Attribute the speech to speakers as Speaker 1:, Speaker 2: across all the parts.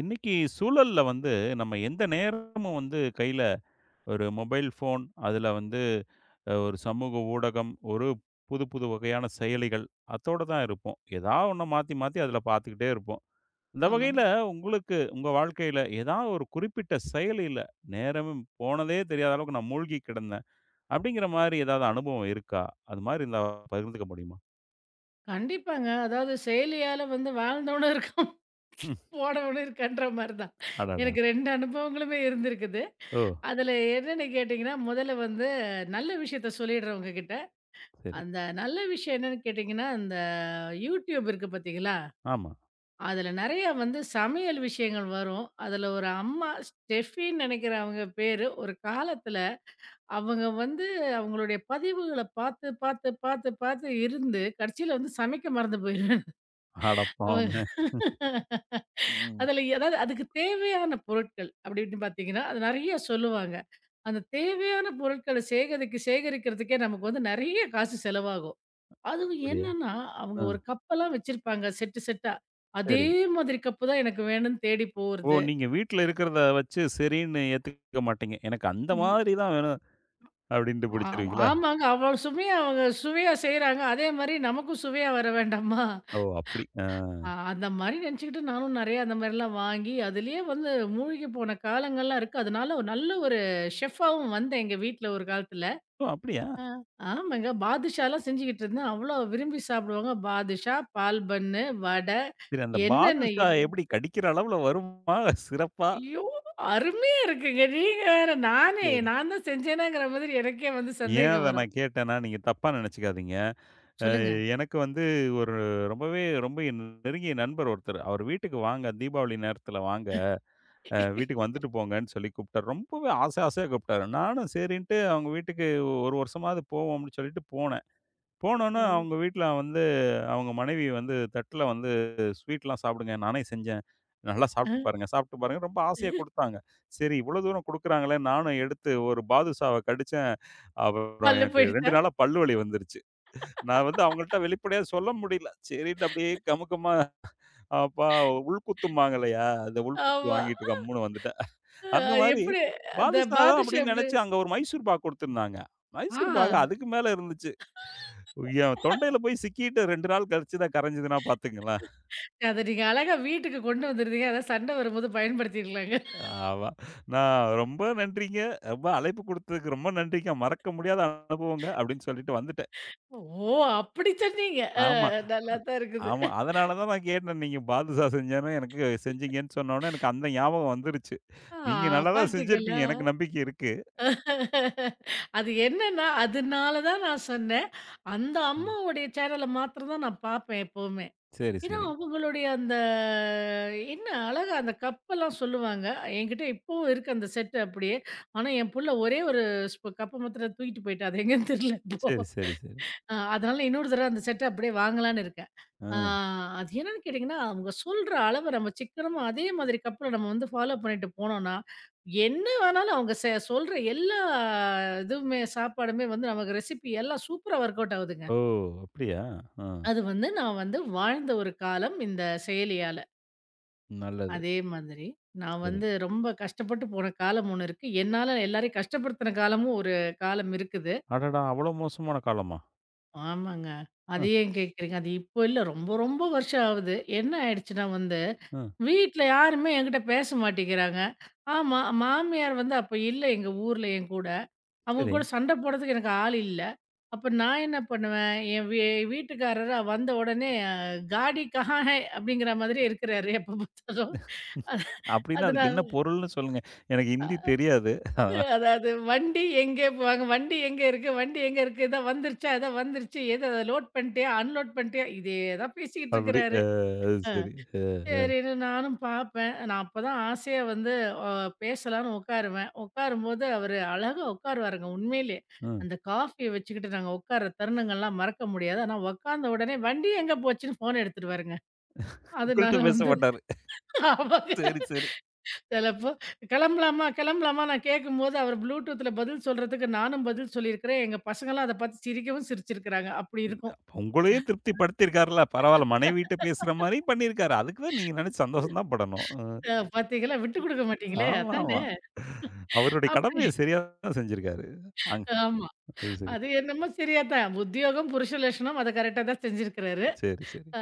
Speaker 1: இன்னைக்கு சூழல்ல வந்து நம்ம எந்த நேரமும் வந்து கையில ஒரு மொபைல் ஃபோன், அதுல வந்து ஒரு சமூக ஊடகம், ஒரு புது புது வகையான செயலிகள் அத்தோட தான் இருப்போம். ஏதா ஒண்ண மாத்தி மாத்தி அதுல பார்த்துக்கிட்டே இருப்போம். இந்த
Speaker 2: ஆமாங்க.
Speaker 1: வகையில உங்களுக்கு உங்க வாழ்க்கையில ஏதாவது ஒரு குறிப்பிட்ட செயலில நேரமும் போனதே தெரியாத அளவுக்கு நான் மூழ்கி கிடந்தேன் அப்படிங்கிற மாரி ஏதாவது அனுபவம் இருக்கா? அது மாரி இருந்தா பகிர்ந்துக்க முடியுமா?
Speaker 2: கண்டிப்பாங்க. அதாவது செயலியால வந்து வாழ்ந்தவனும் இருக்கான்,
Speaker 1: ம்.
Speaker 2: போனவனும் இருக்கான்ற மாரி தான்.
Speaker 1: அடடா!
Speaker 2: எனக்கு 2 அனுபவங்களுமே இருந்திருக்குது.
Speaker 1: ஓ!
Speaker 2: அதுல என்னன்னு கேட்டீங்கன்னா, முதல்ல வந்து நல்ல விஷயத்த சொல்லிடுறேன் உங்ககிட்ட.
Speaker 1: சரி.
Speaker 2: அந்த நல்ல விஷயம் என்னன்னு கேட்டீங்கன்னா, அந்த YouTube இருக்கு பார்த்தீங்களா?
Speaker 1: ஆமா.
Speaker 2: அதுல நெறைய வந்து சமையல் விஷயங்கள் வரும். அதுல ஒரு அம்மா ஸ்டெஃபின்னு நெனைக்கிறேன் அவங்க பேரு. ஒரு காலத்துல அவங்க வந்து அவங்களுடைய பதிவுகள பார்த்து, பார்த்து, பார்த்து, பார்த்து இருந்து கடைசியில வந்து சமைக்க மறந்து போயிருக்காங்க.
Speaker 1: அட
Speaker 2: அவ
Speaker 1: பாவமே! ம்.
Speaker 2: அதுல அதாவது அதுக்கு தேவையான பொருட்கள் அப்படின்னு பார்த்தீங்கன்னா, அது நெறைய சொல்லுவாங்க. அந்த தேவையான பொருட்கள சேகரிக்க சேகரிக்கிறதுக்கே நமக்கு வந்து நெறைய காசு செலவாகும். அதுவும்
Speaker 1: அப்படியா?
Speaker 2: என்னன்னா, அவங்க
Speaker 1: ஆ.
Speaker 2: ஒரு கப்பெல்லாம் வச்சிருப்பாங்க செட்டு செட்டா. அதே
Speaker 1: சரி.
Speaker 2: மாதிரி கப்பு தான் எனக்கு வேணும்னு தேடி
Speaker 1: ஓ!
Speaker 2: போறது.
Speaker 1: நீங்க வீட்ல இருக்கிறத வச்சு சரின்னு ஏத்துக்க மாட்டீங்க. எனக்கு அந்த
Speaker 2: ம்.
Speaker 1: மாதிரி தான் வேணும் அப்டின்ட்டு
Speaker 2: ஆ
Speaker 1: பிடிச்சிருவீங்களா?
Speaker 2: ஆமாங்க. அவ்வளோ சுமையா அவங்க சுவையா செய்றாங்க. அதே மாரி நமக்கும் சுவையா வர வேண்டாமா?
Speaker 1: ஓ! அப்டி. ஆ.
Speaker 2: அந்த மாரி நெனச்சுக்கிட்டு நானும் நெறைய அந்த மாரிலாம் வாங்கி, அதிலயே வந்து மூழ்கி போன காலங்கள்லாம் இருக்கு. அதனால ஒரு நல்ல ஒரு ஷெஃபாவும் வந்தேன் எங்க வீட்ல ஒரு காலத்துல.
Speaker 1: ஓ! அப்டியா?
Speaker 2: ஆ. ஆமாங்க. பாதுஷாலாம் செஞ்சுக்கிட்டு இருந்தேன். அவ்ளோ விரும்பி சாப்பிடுவாங்க. பாதுஷா, பால் பன்னு, வடை
Speaker 1: சரி அந்த
Speaker 2: என்னென்ன
Speaker 1: பாதுஷா
Speaker 2: இல்ல
Speaker 1: எப்டி கடிக்கிற அளவுல வருமா? சிறப்பா?
Speaker 2: ஐயோ! அருமையா இருக்குங்க. நீங்க வேற நானே
Speaker 1: சரி.
Speaker 2: நான் தான் செஞ்சேனாங்கிற மாதிரி எனக்கே வந்து
Speaker 1: ஏன்
Speaker 2: சந்தேகம்
Speaker 1: அத
Speaker 2: வரும்.
Speaker 1: நான் கேட்டேன்னா, நீங்க தப்பா நெனச்சுக்காதீங்க. அ
Speaker 2: சொல்லுங்க.
Speaker 1: எனக்கு வந்து ஒரு ரொம்பவே ரொம்ப நெருங்கிய நண்பர் ஒருத்தர். அவர் வீட்டுக்கு வாங்க தீபாவளி நேரத்தில வாங்க. வீட்டுக்கு வந்துட்டு போங்கன்னு சொல்லி கூப்ட்டாரு. ரொம்பவே ஆசை ஆசையா கூப்ட்டாரு. நானும் சரின்ட்டு அவங்க வீட்டுக்கு 1 வருஷமாவது போவோம்னு சொல்லிட்டு போனேன். போனோனே
Speaker 2: ம்.
Speaker 1: அவங்க வீட்ல வந்து அவங்க மனைவி வந்து தட்டுல வந்து ஸ்வீட்லாம் சாப்பிடுங்க. நானே செஞ்சேன். நல்லா
Speaker 2: அ
Speaker 1: சாப்பிட்டு பாருங்க, சாப்பிட்டு பாருங்க. ரொம்ப ஆசையா குடுத்தாங்க. சரி இவ்வளோ தூரம் குடுக்குறாங்களே, நானும் எடுத்து ஒரு பாதுஷாவ கடிச்சேன். அப்புறம்
Speaker 2: பல்ல
Speaker 1: எனக்கு 2
Speaker 2: போயிடுச்சா?
Speaker 1: நாளா பல்லு வலி வந்துருச்சு. நான் வந்து அவங்கள்ட்ட வெளிப்படையா சொல்ல முடியல. சரின்ட்டு அப்படியே கமுக்கமா அப்பா உள்குத்தும்பாங்கல்லையா, அந்த உள்குத்து
Speaker 2: ஆமா.
Speaker 1: வாங்கிட்டு கம்முன்னு வந்துட்டேன். அந்த
Speaker 2: அ
Speaker 1: மாரி
Speaker 2: எப்படி அந்த
Speaker 1: பாதுஷா தான்
Speaker 2: பாதுஷா
Speaker 1: அப்படின்னு
Speaker 2: எப்படி?
Speaker 1: நெனச்சு அங்க ஒரு மைசூர் பாக் குடுத்துருந்தாங்க.
Speaker 2: ஆ.
Speaker 1: மைசூர் பாக் அதுக்கு மேல இருந்துச்சு. என் தொண்டையில போய் சிக்கிட்டு 2 நாள் கழிச்சு தான் கரைஞ்சதுன்னா பார்த்துக்கங்களேன்.
Speaker 2: அத நீங்க அழகா வீட்டுக்கு கொண்டு வந்துருந்தீங்க. அதான் சண்டை வரும்போது பயன்படுத்திக்கலாங்க.
Speaker 1: ஆமா. நான் ரொம்ப நன்றிங்க. ரொம்ப அழைப்பு குடுத்ததுக்கு ரொம்ப நன்றிங்க. மறக்க முடியாத அனுபவங்க அப்படின்னு சொல்லிட்டு வந்துட்டேன்.
Speaker 2: ஓ! அப்படி சொன்னீங்க.
Speaker 1: ஆமா,
Speaker 2: நல்லா தான் இருக்குது.
Speaker 1: ஆமா. அதனால தான் நான் கேட்டேன். நீங்க பாதுஷா செஞ்சேன்னு எனக்கு செஞ்சீங்கன்னு சொன்னோனே எனக்கு அந்த ஞாபகம் வந்துருச்சு.
Speaker 2: ஆ
Speaker 1: நீங்க நல்லா தான் செஞ்சிருப்பீங்க.
Speaker 2: பார்த்தீங்களா?
Speaker 1: எனக்கு நம்பிக்கை இருக்கு.
Speaker 2: அது என்னன்னா, அதனால தான் நான் சொன்னேன். அந்த
Speaker 1: ம்.
Speaker 2: அம்மாவுடைய சேனல மாத்திரம் தான் நான் பார்ப்பேன் எப்பவுமே.
Speaker 1: சரி,
Speaker 2: ஏன்னா,
Speaker 1: சரி.
Speaker 2: அவங்களுடைய அந்த என்ன அழகா அந்த கப்பெல்லாம் சொல்லுவாங்க. என்கிட்ட இப்பவும் இருக்கு அந்த செட் அப்படியே. ஆனா, என் புள்ள ஒரே ஒரு ஸ்பூ கப்பு மாத்திரம் தூக்கிட்டு போயிட்டா. அது எங்கன்னு தெரியல இப்போ.
Speaker 1: சரி, சரி, சரி.
Speaker 2: அதனால இன்னொரு தடவ அந்த செட்ட அப்படியே வாங்கலான்னு இருக்கேன்.
Speaker 1: ஆ.
Speaker 2: ஆ அது என்னன்னு கேட்டீங்கன்னா, அவங்க சொல்ற அளவ நம்ம சிக்கனமா அதே மாதிரி கப்பல நம்ம வந்து ஃபாலோ பண்ணிட்டு போனோம்னா, என்ன வேணாலும் அவங்க சொல்ற எல்லா இதுவுமே சாப்பாடுமே வந்து நமக்கு ரெசிபி எல்லாம் சூப்பரா ஒர்க் அவுட் ஆகுதுங்க.
Speaker 1: ஓ! அப்படியா? ஆ.
Speaker 2: அது வந்து நான் வந்து வாழ்ந்த ஒரு காலம் இந்த செயலியால.
Speaker 1: நல்லது.
Speaker 2: அதே மாதிரி நான்
Speaker 1: சரி.
Speaker 2: வந்து ரொம்ப கஷ்டப்பட்டு போன காலம் ஒண்ணு இருக்கு. என்னால எல்லாரையும் கஷ்டப்படுத்தின காலமும் ஒரு காலம் இருக்குது.
Speaker 1: அடடா! அவ்வளோ மோசமான காலமா?
Speaker 2: ஆமாங்க.
Speaker 1: அ,
Speaker 2: அது ஏன் கேட்கிறீங்க? அது இப்போ இல்ல. ரொம்ப, ரொம்ப வருஷம் ஆகுது. என்ன ஆயிடுச்சுன்னா வந்து,
Speaker 1: அ.
Speaker 2: வீட்ல யாருமே என்கிட்ட பேச மாட்டேங்கிறாங்க. ஆமா, மாமியார் வந்து அப்ப இல்ல எங்க ஊர்ல என் கூட. அவங்க
Speaker 1: சரி.
Speaker 2: கூட சண்டை போடுறதுக்கு எனக்கு ஆள் இல்ல. அப்ப நான் என்ன பண்ணுவேன், என் வீ வீட்டுக்காரரு வந்த உடனே "காடி கஹான் ஹை" அப்படிங்கிற மாதிரி இருக்கிறாரு எப்ப பார்த்தாலும்.
Speaker 1: அப்டின்னா, அதுக்கு என்ன
Speaker 2: அதனால
Speaker 1: பொருள்னு சொல்லுங்க. எனக்கு ஹிந்தி தெரியாது.
Speaker 2: அதாவது வண்டி எங்கே போவாங்க? வண்டி எங்கே இருக்கு? வண்டி எங்கே இருக்கு? இதா வந்துருச்சா? இதா வந்துருச்சு. எத அத லோட் பண்ணிட்டியா? அன்லோட் பண்ணிட்டியா? இதே தான் பேசிக்கிட்டு
Speaker 1: அப்டி
Speaker 2: இருக்கிறாரு.
Speaker 1: அது
Speaker 2: அ.
Speaker 1: சரி. அ, அ,
Speaker 2: சரின்னு நானும் பார்ப்பேன். நான் அப்பதான் ஆசையா வந்து அ பேசலான்னு உட்காருவேன். உட்காரும்போது அவரு அழகா உட்காருவாருங்க உண்மையிலே.
Speaker 1: ம்.
Speaker 2: அந்த காஃபிய வச்சுக்கிட்டு நாங்க உட்கார்ற தருணங்கள்லாம் மறக்க முடியாது. ஆனா உட்கார்ந்த உடனே வண்டி எங்க போச்சுன்னு ஃபோன் எடுத்துருவாருங்க. அதனால
Speaker 1: உங்கள்ட்ட பேச
Speaker 2: வந்து
Speaker 1: மாட்டாரு.
Speaker 2: அவங்க
Speaker 1: சரி, சரி.
Speaker 2: சிலப்போ கிளம்பலாமா, கிளம்பலாமா நான் கேட்கும்போது, அவர் ப்ளூடூத்ல பதில் சொல்றதுக்கு நானும் பதில் சொல்லியிருக்கிறேன். எங்க பசங்கலாம் அத பார்த்து சிரிக்கவும் சிரிச்சிருக்கிறாங்க. அப்படி இருக்கும்.
Speaker 1: அப்ப உங்களையும் திருப்திப்படுத்தியிருக்காருல்ல. பரவால்ல மனைவிட்ட பேசுற மாரி பண்ணியிருக்காரு. அதுக்கு தான் நீங்க நெனச்சு சந்தோஷம் தான் படணும்.
Speaker 2: பார்த்தீங்களா, விட்டு குடுக்க மாட்டீங்களே!
Speaker 1: ஆமாமா.
Speaker 2: அதானே!
Speaker 1: அவருடைய
Speaker 2: அப்படி
Speaker 1: கடமைய சரியா தான் செஞ்சிருக்காரு. அங்
Speaker 2: ஆமா.
Speaker 1: அது சரி.
Speaker 2: அது என்னமோ சரியா தான். உத்தியோகம், புருஷ லட்சணம் அத கரெக்ட்டா தான் செஞ்சிருக்கிறாரு.
Speaker 1: சரி, சரி.
Speaker 2: அ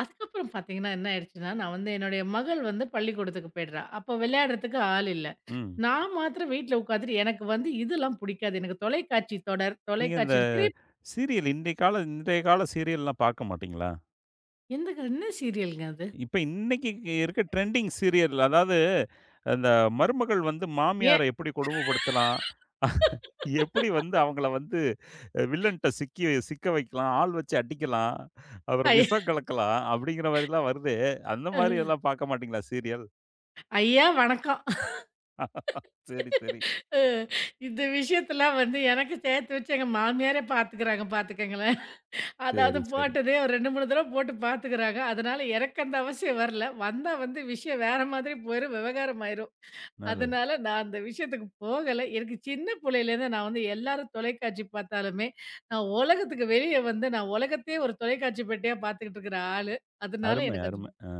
Speaker 2: அதுக்கப்புறம் பார்த்தீங்கன்னா, என்ன ஆயிடுச்சுன்னா, நான் வந்து என்னுடைய மகள் வந்து பள்ளிக்கூடத்துக்கு போயிடுறா. அப்போ விளையாடுறதுக்கு ஆள் இல்ல.
Speaker 1: ம்.
Speaker 2: நான் மாத்திரம் வீட்ல உட்காந்துட்டு எனக்கு வந்து இதெல்லாம் புடிக்காது. எனக்கு தொலைக்காட்சி தொடர்,
Speaker 1: நீங்க இந்த
Speaker 2: தொலைக்காட்சியில திரை
Speaker 1: சீரியல் இன்றைய கால சீரியல்லாம் பார்க்க மாட்டீங்களா?
Speaker 2: எந்தங்க என்ன சீரியல்ங்க அது?
Speaker 1: இப்ப இன்னைக்கு இருக்க ட்ரெண்டிங் சீரியல் அதாவது, அந்த மருமகள் வந்து மாமியார எப்படி கொடுமைப்படுத்தலாம்? எப்படி வந்து அவங்கள வந்து வில்லன்ட்ட சிக்க வைக்கலாம், ஆள் வச்சு அடிக்கலாம், அப்புறம்
Speaker 2: ஐய
Speaker 1: விஷம் கலக்கலாம் அப்படிங்கிற மாரிலாம் வருதே. அந்த மாரி எல்லாம் பார்க்க மாட்டீங்களா சீரியல்?
Speaker 2: ஐயா வணக்கம்.
Speaker 1: சரி, சரி.
Speaker 2: அ இந்த விஷயத்தலாம் வந்து எனக்கு சேர்த்து வச்சு எங்க மாமியாரே பார்த்துக்கிறாங்க பார்த்துக்கங்களேன். அதாவது
Speaker 1: சரி, சரி.
Speaker 2: போட்டதே ஒரு 2, 3 தடவ போட்டு பார்த்துக்கிறாங்க. அதனால எனக்கு அந்த அவசியம் வரல. வந்தா வந்து விஷயம் வேற மாதிரி போயிரும், விவகாரம் ஆயிரும்.
Speaker 1: நல்லது.
Speaker 2: அதனால நான் அந்த விஷயத்துக்கு போகல. எனக்கு சின்ன புள்ளையிலேருந்து நான் வந்து எல்லாரும் தொலைக்காட்சி பார்த்தாலுமே, நான் உலகத்துக்கு வெளிய வந்து நான் உலகத்தையே ஒரு தொலைக்காட்சி பெட்டியா பார்த்துக்கிட்டு இருக்கிற ஆளு. அதனால
Speaker 1: அருமை,
Speaker 2: எனக்கு அது
Speaker 1: அருமை. ஆ.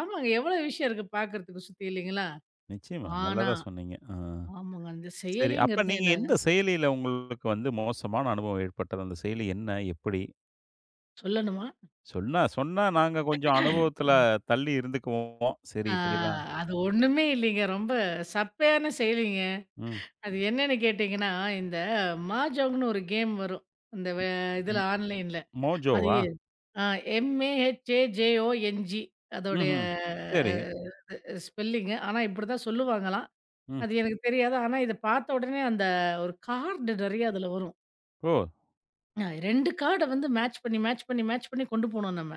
Speaker 2: ஆமாங்க எவ்வளோ விஷயம் இருக்கு பார்க்கறதுக்கு சுத்தி இல்லைங்களா?
Speaker 1: நிச்சயமா.
Speaker 2: ஆனா,
Speaker 1: நல்லதா சொன்னீங்க. ஆ.
Speaker 2: ஆமாங்க. அந்த
Speaker 1: சரி. அப்ப
Speaker 2: செயலிங்கிறது
Speaker 1: நீங்க
Speaker 2: என்ன
Speaker 1: எந்த செயலியில உங்களுக்கு வந்து மோசமான அனுபவம் ஏற்பட்டது? அந்த செயலி என்ன? எப்படி?
Speaker 2: சொல்லணுமா?
Speaker 1: சொன்னா சொன்னா நாங்க கொஞ்சம் அனுபவத்துல
Speaker 2: ம்.
Speaker 1: தள்ளி இருந்துக்குவோம். சரி
Speaker 2: ஆ
Speaker 1: இப்படிலாம்
Speaker 2: அது ஒண்ணுமே இல்லைங்க. ரொம்ப சப்பையான செயலிங்க.
Speaker 1: ம்.
Speaker 2: அது என்னன்னு கேட்டீங்கன்னா, இந்த மாஜாங்ன்னு ஒரு கேம் வரும். இந்த வே இதுல
Speaker 1: ம்.
Speaker 2: ஆன்லைன்ல. அது
Speaker 1: மோஜோவா?
Speaker 2: ஆ எம்ஏஹெச்ஏஜேஓஎன்ஜி அதோடைய
Speaker 1: ம்ஹ்ம். சரி.
Speaker 2: அ ஸ்பெல்லிங்கு. ஆனா, இப்படிதான் சொல்லுவாங்களாம்.
Speaker 1: ம்.
Speaker 2: அது எனக்கு தெரியாது. ஆனா, இத பார்த்த உடனே அந்த ஒரு கார்டு நெறைய அதுல வரும்.
Speaker 1: ஓ!
Speaker 2: 2 கார்ட வந்து மேட்ச் பண்ணி, மேட்ச் பண்ணி, மேட்ச் பண்ணி கொண்டு போணும் நம்ம.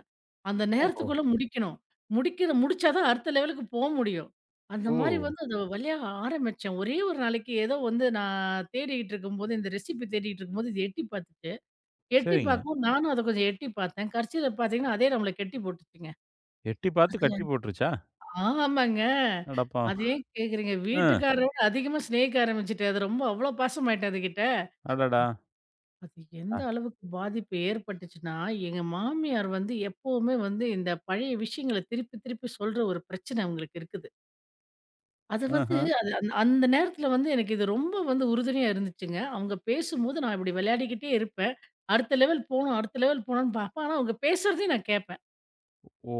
Speaker 2: அந்த
Speaker 1: ஓஹோ!
Speaker 2: நேரத்துக்குள்ள முடிக்கணும். முடிக்கிற முடிச்சா தான் அடுத்த லெவலுக்கு போ முடியும். அந்த
Speaker 1: ஓ!
Speaker 2: மாரி வந்து அத வழியா ஆரம்பிச்சேன். ஒரே ஒரு நாளைக்கு ஏதோ வந்து நான் தேடிக்கிட்டு இருக்கும்போது, இந்த ரெசிபி தேடிக்கிட்டு இருக்கும்போது இது எட்டி பார்த்துச்சு. எட்டி
Speaker 1: சரிங்க.
Speaker 2: பார்க்கவும் நானும் அத கொஞ்சம் எட்டி பார்த்தேன். கடைசில பார்த்தீங்கன்னா, அதே நம்மள கெட்டி போட்டுச்சுங்க.
Speaker 1: எட்டி பார்த்து
Speaker 2: அதுல.
Speaker 1: கட்டி போட்டுருச்சா?
Speaker 2: ஆமாங்க.
Speaker 1: அடப்பாவி!
Speaker 2: அது ஏன் கேட்குறீங்க?
Speaker 1: ம்.
Speaker 2: வீட்டுக்காரரோட அதிகமா ஸ்நேகிக்க ஆரம்பிச்சுட்டேன். அது ரொம்ப அவ்ளோ பாசமாயிட்டேன் அதுகிட்ட.
Speaker 1: அடடா!
Speaker 2: அது எந்த
Speaker 1: அ.
Speaker 2: அளவுக்கு பாதிப்பு ஏற்பட்டுச்சுன்னா, எங்க மாமியார் வந்து எப்பவுமே வந்து இந்த பழைய விஷயங்கள திருப்பி திருப்பி சொல்ற ஒரு பிரச்சனை அவங்களுக்கு இருக்குது. அது வந்து
Speaker 1: ம்ஹ்ம்.
Speaker 2: அது அந்த அந்த நேரத்துல வந்து எனக்கு இது ரொம்ப வந்து உறுதுணையா இருந்துச்சுங்க. அவங்க பேசும்போது நான் இப்படி விளையாடிக்கிட்டே இருப்பேன். அடுத்த லெவல் போணும், அடுத்த லெவல் போணும்னு பார்ப்பேன். ஆனா அவங்க பேசுறதையும் நான் கேட்பேன்.
Speaker 1: ஓ!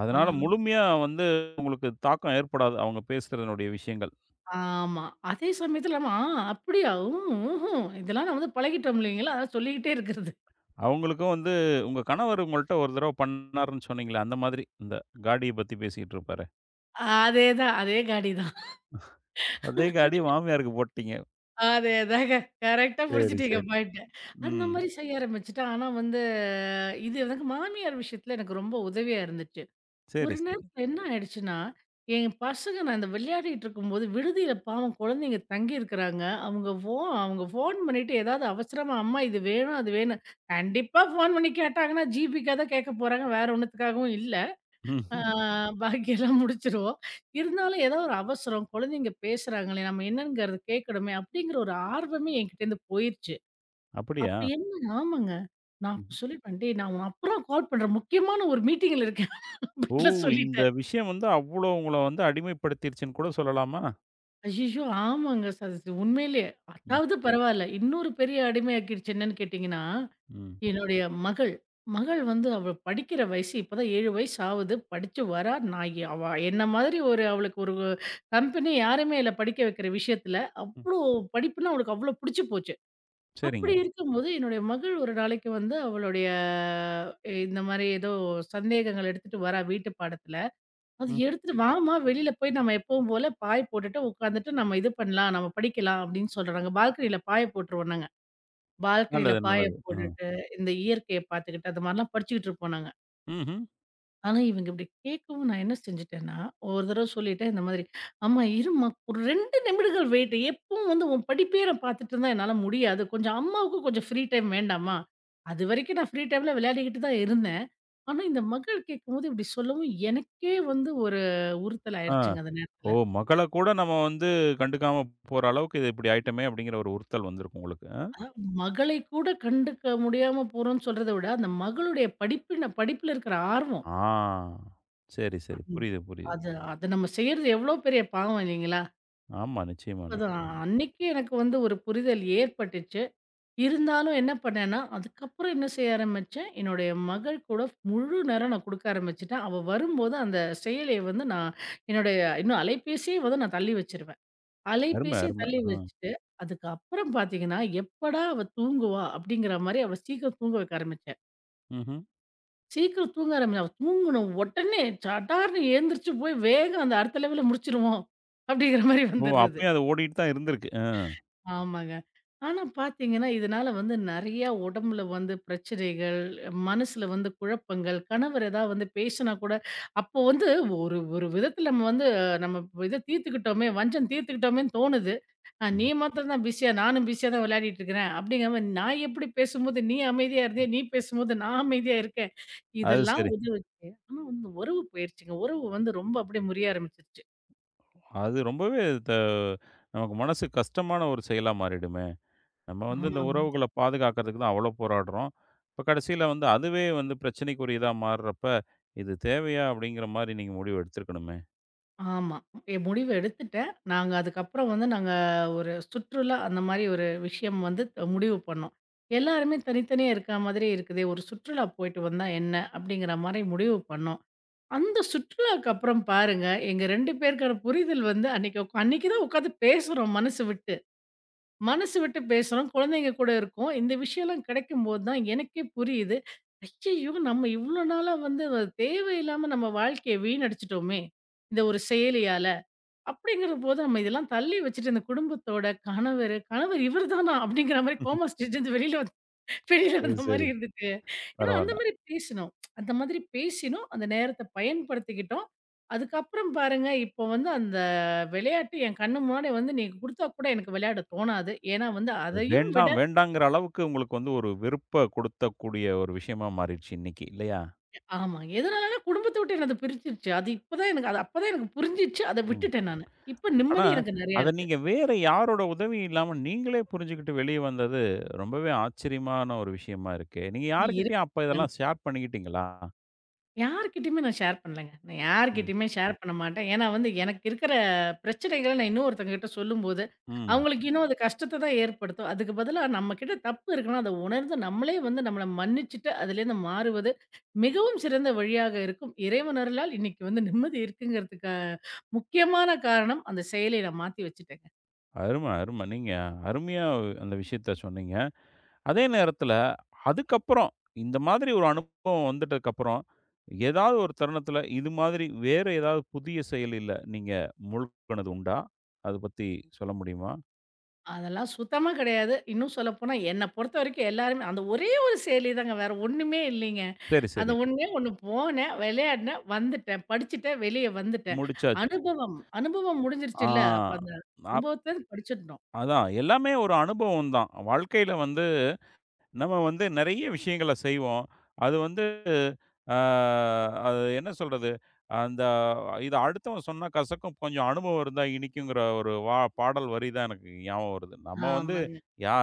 Speaker 1: அதனால
Speaker 2: ஆ
Speaker 1: முழுமையா வந்து உங்களுக்கு தாக்கம் ஏற்படாது. அவங்க பேசுறதனுடைய விஷயங்கள்.
Speaker 2: ஆமா. அதே சமயத்துல நம்ம அப்படியா? ம், ம்ஹ்ம். இதெல்லாம் நான் வந்து பழகிட்டோம் இல்லைங்களா? அதான் சொல்லிக்கிட்டே இருக்கிறது.
Speaker 1: அவங்களுக்கும் வந்து உங்க கணவர் உங்கள்ட்ட ஒரு தடவ பண்ணாருன்னு சொன்னீங்களே, அந்த மாதிரி. இந்த காடிய பத்தி பேசிக்கிட்டு இருப்பாரே.
Speaker 2: அதேதான். அதே காடி தான்.
Speaker 1: அதே காடிய மாமியாருக்கு போட்டீங்க.
Speaker 2: அதேதாங்க. கரெக்ட்டா
Speaker 1: சரி,
Speaker 2: புடிச்சுட்டீங்க
Speaker 1: சரி.
Speaker 2: பாயிண்ட்ட. அந்த
Speaker 1: ம்.
Speaker 2: மாரி செய்ய ஆரம்பிச்சுட்டேன். ஆனா வந்து இது எனக்கு மாமியார் விஷயத்துல எனக்கு ரொம்ப உதவியா இருந்துச்சு. ஒரு
Speaker 1: சரி, சரி.
Speaker 2: நேரத்துல என்ன ஆயிடுச்சுன்னா, என் பசங்க நான் இந்த விளையாடிட்டு இருக்கும்போது, விடுதியில பாவம் குழந்தைங்க தங்கியிருக்கிறாங்க. அவங்க ஃபோன் பண்ணிட்டு ஏதாவது அவசரமா, "அம்மா இது வேணும், அது வேணும்." கண்டிப்பா ஃபோன் பண்ணி கேட்டாங்கன்னா, ஜிபிக்காக தான் கேட்க போறாங்க. வேற ஒண்ணுத்துக்காகவும் இல்ல. ஆ
Speaker 1: ம்.
Speaker 2: பாக்கியெல்லாம் முடிச்சுருவோம். இருந்தாலும் ஏதோ ஒரு அவசரம், குழந்தைங்க பேசுறாங்களே, நம்ம என்னங்கிறத கேட்கணுமே அப்படிங்கிற ஒரு ஆர்வமே என்கிட்டேருந்து போயிருச்சு.
Speaker 1: அப்படியா?
Speaker 2: அப்ப என்ன ஆமாங்க. நான் அப்ப
Speaker 1: ம்.
Speaker 2: சொல்லிட்டேன், "டேய் நான் உனக்கு அப்புறம் கால் பண்றேன். முக்கியமான ஒரு மீட்டிங்ல இருக்கேன்."
Speaker 1: ஓ!
Speaker 2: அப்படின்லாம்
Speaker 1: இந்த
Speaker 2: சொல்லிட்டேன்.
Speaker 1: விஷயம் வந்து அவ்ளோ உங்கள வந்து அடிமைப்படுத்திருச்சுன்னு கூட சொல்லலாமா?
Speaker 2: ஐய்யய்யோ! ஆமாங்க. உண்மையிலேயே.
Speaker 1: ம்,
Speaker 2: அதாவது பரவால்ல. இன்னொரு பெரிய அடிமையாக்கிடுச்சு என்னன்னு கேட்டீங்கன்னா,
Speaker 1: ம்,
Speaker 2: என்னுடைய மகள். மகள் வந்து அவ படிக்கிற வயசு இப்பதான் 7 வயசு ஆவுது. படிச்சு வரா. நான் எ அவ என்ன மாதிரி ஒரு அவளுக்கு ஒரு கம்பெனி யாருமே இல்ல படிக்க வைக்கிற விஷயத்துல.
Speaker 1: ம்.
Speaker 2: அவ்ளோ படிப்புன்னா அவளுக்கு அவ்ளோ புடிச்சு போச்சு.
Speaker 1: சரிங்க.
Speaker 2: அப்படி இருக்கும்போது என்னுடைய மகள் ஒரு நாளைக்கு வந்து அவளுடைய இந்த மாரி ஏதோ சந்தேகங்கள் எடுத்துட்டு வரா வீட்டு பாடத்துல. அது
Speaker 1: ம்.
Speaker 2: எடுத்துட்டு, "வாம்மா வெளியில போய் நம்ம எப்பவும் போல பாய் போட்டுட்டு உட்காந்துட்டு நம்ம இது பண்ணலாம். நம்ம படிக்கலாம்" அப்படின்னு சொல்றாங்க. பால்கனியில பாய போட்டுருவோம் நாங்க. பால்கனியில
Speaker 1: நல்லது,
Speaker 2: பாய
Speaker 1: நல்லது. ஆ.
Speaker 2: போட்டுட்டு, இந்த இயற்கைய பார்த்துக்கிட்டு, அந்த மாரிலாம் படிச்சுக்கிட்டு இருப்போம் நாங்க.
Speaker 1: ம்ஹ்ம்.
Speaker 2: ஆனா இவங்க இப்படி கேட்கவும் நான் என்ன செஞ்சுட்டேன்னா, ஒரு தடவ சொல்லிட்டேன் இந்த மாதிரி, "அம்மா இரும்மா, ஒரு 2 நிமிடங்கள் வெயிட். எப்பவும் வந்து உன் படிப்பையே நான் பார்த்துட்டு இருந்தா என்னால முடியாது. கொஞ்சம் அம்மாவுக்கும் கொஞ்சம் ஃப்ரீ டைம் வேண்டாமா?" அதுவரைக்கும் நான் ஃப்ரீ டைம்ல விளையாடிக்கிட்டு தான் இருந்தேன். ஆனா இந்த மகள் கேட்கும்போது இப்படி சொல்லவும், எனக்கே வந்து ஒரு உறுத்தல்
Speaker 1: ஆ.
Speaker 2: ஆயிருச்சுங்க அந்த
Speaker 1: ஓ!
Speaker 2: நேரத்துல.
Speaker 1: மகள கூட நம்ம வந்து கண்டுக்காம போற அளவுக்கு இது இப்படி ஆயிட்டோமே அப்படிங்கிற ஒரு உறுத்தல் வந்திருக்கு உங்களுக்கு. அ.
Speaker 2: அதான் மகளை கூட கண்டுக்க முடியாம போறோம்ன்னு சொல்றத விட, அந்த மகளுடைய படிப்பின படிப்புல இருக்கிற ஆர்வம்.
Speaker 1: ஆ. சரி, சரி.
Speaker 2: ம்.
Speaker 1: புரியுது, புரியுது.
Speaker 2: அது அது நம்ம செய்றது எவ்ளோ பெரிய பாவம் இல்லைங்களா?
Speaker 1: ஆமா. நிச்சயமா,
Speaker 2: அப்பதான்
Speaker 1: நிச்சயமா.
Speaker 2: அன்னைக்கு எனக்கு வந்து ஒரு புரிதல் ஏற்பட்டுச்சு. இருந்தாலும் என்ன பண்ணேன்னா, அதுக்கப்புறம் என்ன செய்ய ஆரம்பிச்சேன், என்னுடைய மகள் கூட முழு நேரம் நான் குடுக்க ஆரம்பிச்சுட்டேன். அவ வரும்போது அந்த செயலிய வந்து நான் என்னுடைய இன்னும் அலைபேசிய வந்து நான் தள்ளி வச்சுருவேன்.
Speaker 1: அரும,
Speaker 2: அலைபேசிய
Speaker 1: அரும.
Speaker 2: தள்ளி
Speaker 1: ஆ.
Speaker 2: வச்சுட்டு, அதுக்கப்புறம் பார்த்தீங்கன்னா, எப்படா அவ தூங்குவா? அப்படிங்கிற மாரி அவ சீக்கிரம் தூங்க வைக்க ஆரம்பிச்சேன்.
Speaker 1: ம்ஹ்ம்.
Speaker 2: சீக்கிரம் தூங்க ஆரம்பி அவ தூங்கணும். உடனே சடார்ன்னு எழுந்திரிச்சு போய் வேகம் அந்த அடுத்த லெவல்ல முடிச்சுருவோம். அப்படிங்கிற மாரி
Speaker 1: ஓ!
Speaker 2: வந்துர்றது.
Speaker 1: அப்பயும் அது ஓடிட்டு தான் இருந்திருக்கு. ஆ.
Speaker 2: ஆமாங்க. ஆனா பார்த்தீங்கன்னா, இதனால வந்து நெறையா உடம்புல வந்து பிரச்சனைகள், மனசுல வந்து குழப்பங்கள், கணவர் ஏதாவது வந்து பேசினா கூட, அப்போ வந்து ஒரு ஒரு விதத்தில நம்ம வந்து நம்ம இத தீர்த்துக்கிட்டோமே, வஞ்சம் தீர்த்துக்கிட்டோமேன்னு தோணுது. நீ
Speaker 1: ம்.
Speaker 2: மாத்திரம் தான் பிஸியா, நானும் பிஸியா தான் விளையாடிட்டு இருக்கிறேன். அப்படிங்கிற மாரி நான் எப்படி பேசும்போது நீ அமைதியா இருந்தியே, நீ பேசும்போது நான் அமைதியா இருக்கேன்.
Speaker 1: அது
Speaker 2: இதெல்லாம்
Speaker 1: சரி.
Speaker 2: உதவுச்சு. ஆனா வந்து உறவு போயிருச்சுங்க. உறவு வந்து ரொம்ப அப்படியே முறிய ஆரம்பிச்சுருச்சு.
Speaker 1: அது ரொம்பவே த நமக்கு மனசு கஷ்டமான ஒரு செயலா மாறிடுமே! நம்ம வந்து இந்த
Speaker 2: ஆமாங்க.
Speaker 1: உறவுகள பாதுகாக்கிறதுக்கு தான் அவ்வளோ போராடுறோம். இப்ப கடைசியில வந்து அதுவே வந்து பிரச்சனைக்குரியதா மாறுறப்ப, "இது தேவையா?" அப்படிங்கிற மாரி நீங்க முடிவு எடுத்திருக்கணுமே!
Speaker 2: ஆமா. என் முடிவு எடுத்துட்டேன். நாங்க அதுக்கப்புறம் வந்து நாங்க ஒரு சுற்றுலா அந்த மாரி ஒரு விஷயம் வந்து முடிவு பண்ணோம். எல்லாருமே தனித்தனியா இருக்கா மாதிரி இருக்குதே! ஒரு சுற்றுலா போயிட்டு வந்தா என்ன? அப்படிங்கிற மாரி முடிவு பண்ணோம். அந்த சுற்றுலாக்கு அப்புறம் பாருங்க, எங்க 2 பேருக்கான புரிதல் வந்து அன்னைக்கு அன்னைக்கு தான் உட்காந்து பேசுறோம் மனசு விட்டு. மனசு விட்டு பேசுறோம். குழந்தைங்க கூட இருக்கோம். இந்த விஷயம்லாம் கிடைக்கும்போது தான் எனக்கே புரியுது. ஐயய்யோ! நம்ம இவ்ளோ நாளா வந்து தேவையில்லாம நம்ம வாழ்க்கைய வீணடிச்சுட்டோமே! இந்த ஒரு செயலியால. அப்படிங்கிறபோது நம்ம இதெல்லாம் தள்ளி வச்சுட்டு இந்த குடும்பத்தோட கணவர், கணவர் இவர் தானா? அப்படிங்கிற மாரி கோமா ஸ்டேஜ்லருந்து வெளியில
Speaker 1: அது
Speaker 2: வந்த மாரி
Speaker 1: சரி.
Speaker 2: இருந்துச்சு. ஏன்னா அந்த
Speaker 1: பரவால்ல.
Speaker 2: மாரி பேசினோம். அந்த மாதிரி பேசினோம். அந்த நேரத்த பயன்படுத்திக்கிட்டோம். அதுக்கப்புறம் பாருங்க, இப்போ வந்து அந்த விளையாட்டு என் கண்ணு முன்னாடி வந்து நீங்க குடுத்தா கூட எனக்கு விளையாட தோணாது. ஏன்னா வந்து
Speaker 1: அது
Speaker 2: அதையும் விட
Speaker 1: வேண்டாம், வேண்டாங்கிற அளவுக்கு உங்களுக்கு வந்து ஒரு வெறுப்ப குடுத்தக்கூடிய ஒரு விஷயமா மாறிடுச்சு இன்னைக்கு, இல்லையா?
Speaker 2: ஆமா. எதனாலன்னா குடும்பத்த விட்டு என்ன அது பிரிச்சுருச்சு. அது இப்பதான் எனக்கு அது அப்பதான் எனக்கு புரிஞ்சுச்சு. அத
Speaker 1: ம்.
Speaker 2: விட்டுட்டேன் நானு. இப்ப
Speaker 1: ஆனா,
Speaker 2: நிம்மதி எனக்கு நெறையா
Speaker 1: அத
Speaker 2: இருக்கு.
Speaker 1: நீங்க வேற யாரோட உதவியும் இல்லாம நீங்களே புரிஞ்சுகிட்டு வெளிய வந்தது ரொம்பவே ஆச்சரியமான ஒரு விஷயமா இருக்கே! நீங்க
Speaker 2: இது
Speaker 1: யார்கிட்டயும் அப்ப
Speaker 2: இருக்கு
Speaker 1: இதெல்லாம் ஷேர் பண்ணிக்கிட்டீங்களா?
Speaker 2: யார்கிட்டயுமே நான் ஷேர் பண்ணலங்க. நான்
Speaker 1: ம்.
Speaker 2: யார்கிட்டயுமே ஷேர் பண்ண மாட்டேன். ஏன்னா வந்து எனக்கு இருக்கிற பிரச்சனைகள நான் இன்னொருத்தவங்ககிட்ட சொல்லும்போது,
Speaker 1: ம்.
Speaker 2: அவங்களுக்கு இன்னும் அது கஷ்டத்த தான் ஏற்படுத்தும். அதுக்கு பதிலா நம்மகிட்ட தப்பு இருக்குன்னா, அத உணர்ந்து நம்மளே வந்து நம்மள மன்னிச்சுட்டு அதுலேருந்து மாறுவது மிகவும் சிறந்த வழியாக இருக்கும். இறைவன் அருளால் இன்னைக்கு வந்து நிம்மதி இருக்குங்கிறதுக்கு முக்கியமான காரணம் அந்த செயலை நான் மாத்தி வச்சுட்டேங்க.
Speaker 1: அரும, அரும. நீங்க அருமையா அந்த விஷயத்த சொன்னீங்க. அதே நேரத்தில அதுக்கப்புறம் இந்த மாதிரி ஒரு அனுபவம் வந்துட்டதுக்கப்புறம், ஏதாவது ஒரு தருணத்தில இது மாதிரி வேறு ஏதாவது புதிய செயலில நீங்க மூழ்குனது உண்டா? அத பத்தி சொல்ல முடியுமா?
Speaker 2: அதெல்லாம் சுத்தமா கிடையாது. இன்னும் சொல்லப்போனா என்ன பொறுத்தவரைக்கும் எல்லாருமே அந்த ஒரே ஒரு செயலி தாங்க. வேற ஒண்ணுமே இல்லைங்க.
Speaker 1: சரி,
Speaker 2: அந்த
Speaker 1: சரி.
Speaker 2: ஒண்ணே ஒண்ணு போனேன், விளையாடினேன், வந்துட்டேன். படிச்சுட்டேன், வெளிய வந்துட்டேன்.
Speaker 1: முடிச்சாச்சு.
Speaker 2: அனுபவம் அனுபவம் முடிஞ்சிருச்சுல்ல. அப்ப
Speaker 1: ஆ.
Speaker 2: அந்த
Speaker 1: அப்
Speaker 2: அனுபவத்த படிச்சிடணும்.
Speaker 1: அதான் எல்லாமே ஒரு அனுபவம் தான். வாழ்க்கையில வந்து நம்ம வந்து நெறைய விஷயங்கள செய்வோம். அது வந்து ஆ அது என்ன சொல்றது? அந்த இத அடுத்தவன் சொன்னா கசக்கும், கொஞ்சம் அனுபவம் இருந்தா இனிக்குங்கிற ஒரு பாடல் வரி தான் எனக்கு ஞாபகம் வருது. நம்ம வந்து
Speaker 2: ஆமாங்க.
Speaker 1: யா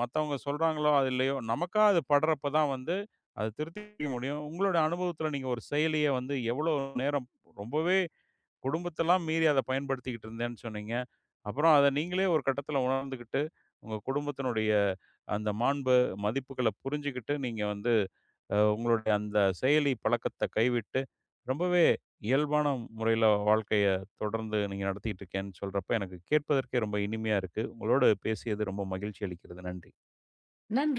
Speaker 1: மத்தவங்க சொல்றாங்களோ, அது இல்லையோ, நமக்கா அது படுறப்ப தான் வந்து, அத திருத்திக்க முடியும். உங்களுடைய அனுபவத்தில நீங்க ஒரு செயலிய வந்து எவ்வளோ நேரம் ரொம்பவே குடும்பத்தெல்லாம் மீறி அத பயன்படுத்திக்கிட்டு இருந்தேன்னு சொன்னீங்க. அப்புறம் அத நீங்களே ஒரு கட்டத்தில உணர்ந்துகிட்டு, உங்க குடும்பத்தினுடைய அந்த மாண்பு, மதிப்புகள புரிஞ்சுகிட்டு, நீங்க வந்து உங்களுடைய அந்த செயலி பழக்கத்த கைவிட்டு, ரொம்பவே இயல்பான முறையில வாழ்க்கைய தொடர்ந்து நீங்க நடத்திட்டு இருக்கேன்னு சொல்றப்ப, எனக்கு கேட்பதற்கே ரொம்ப இனிமையா இருக்கு. உங்களோடு பேசியது ரொம்ப மகிழ்ச்சி அளிக்கிறது. நன்றி.
Speaker 2: நன்றி.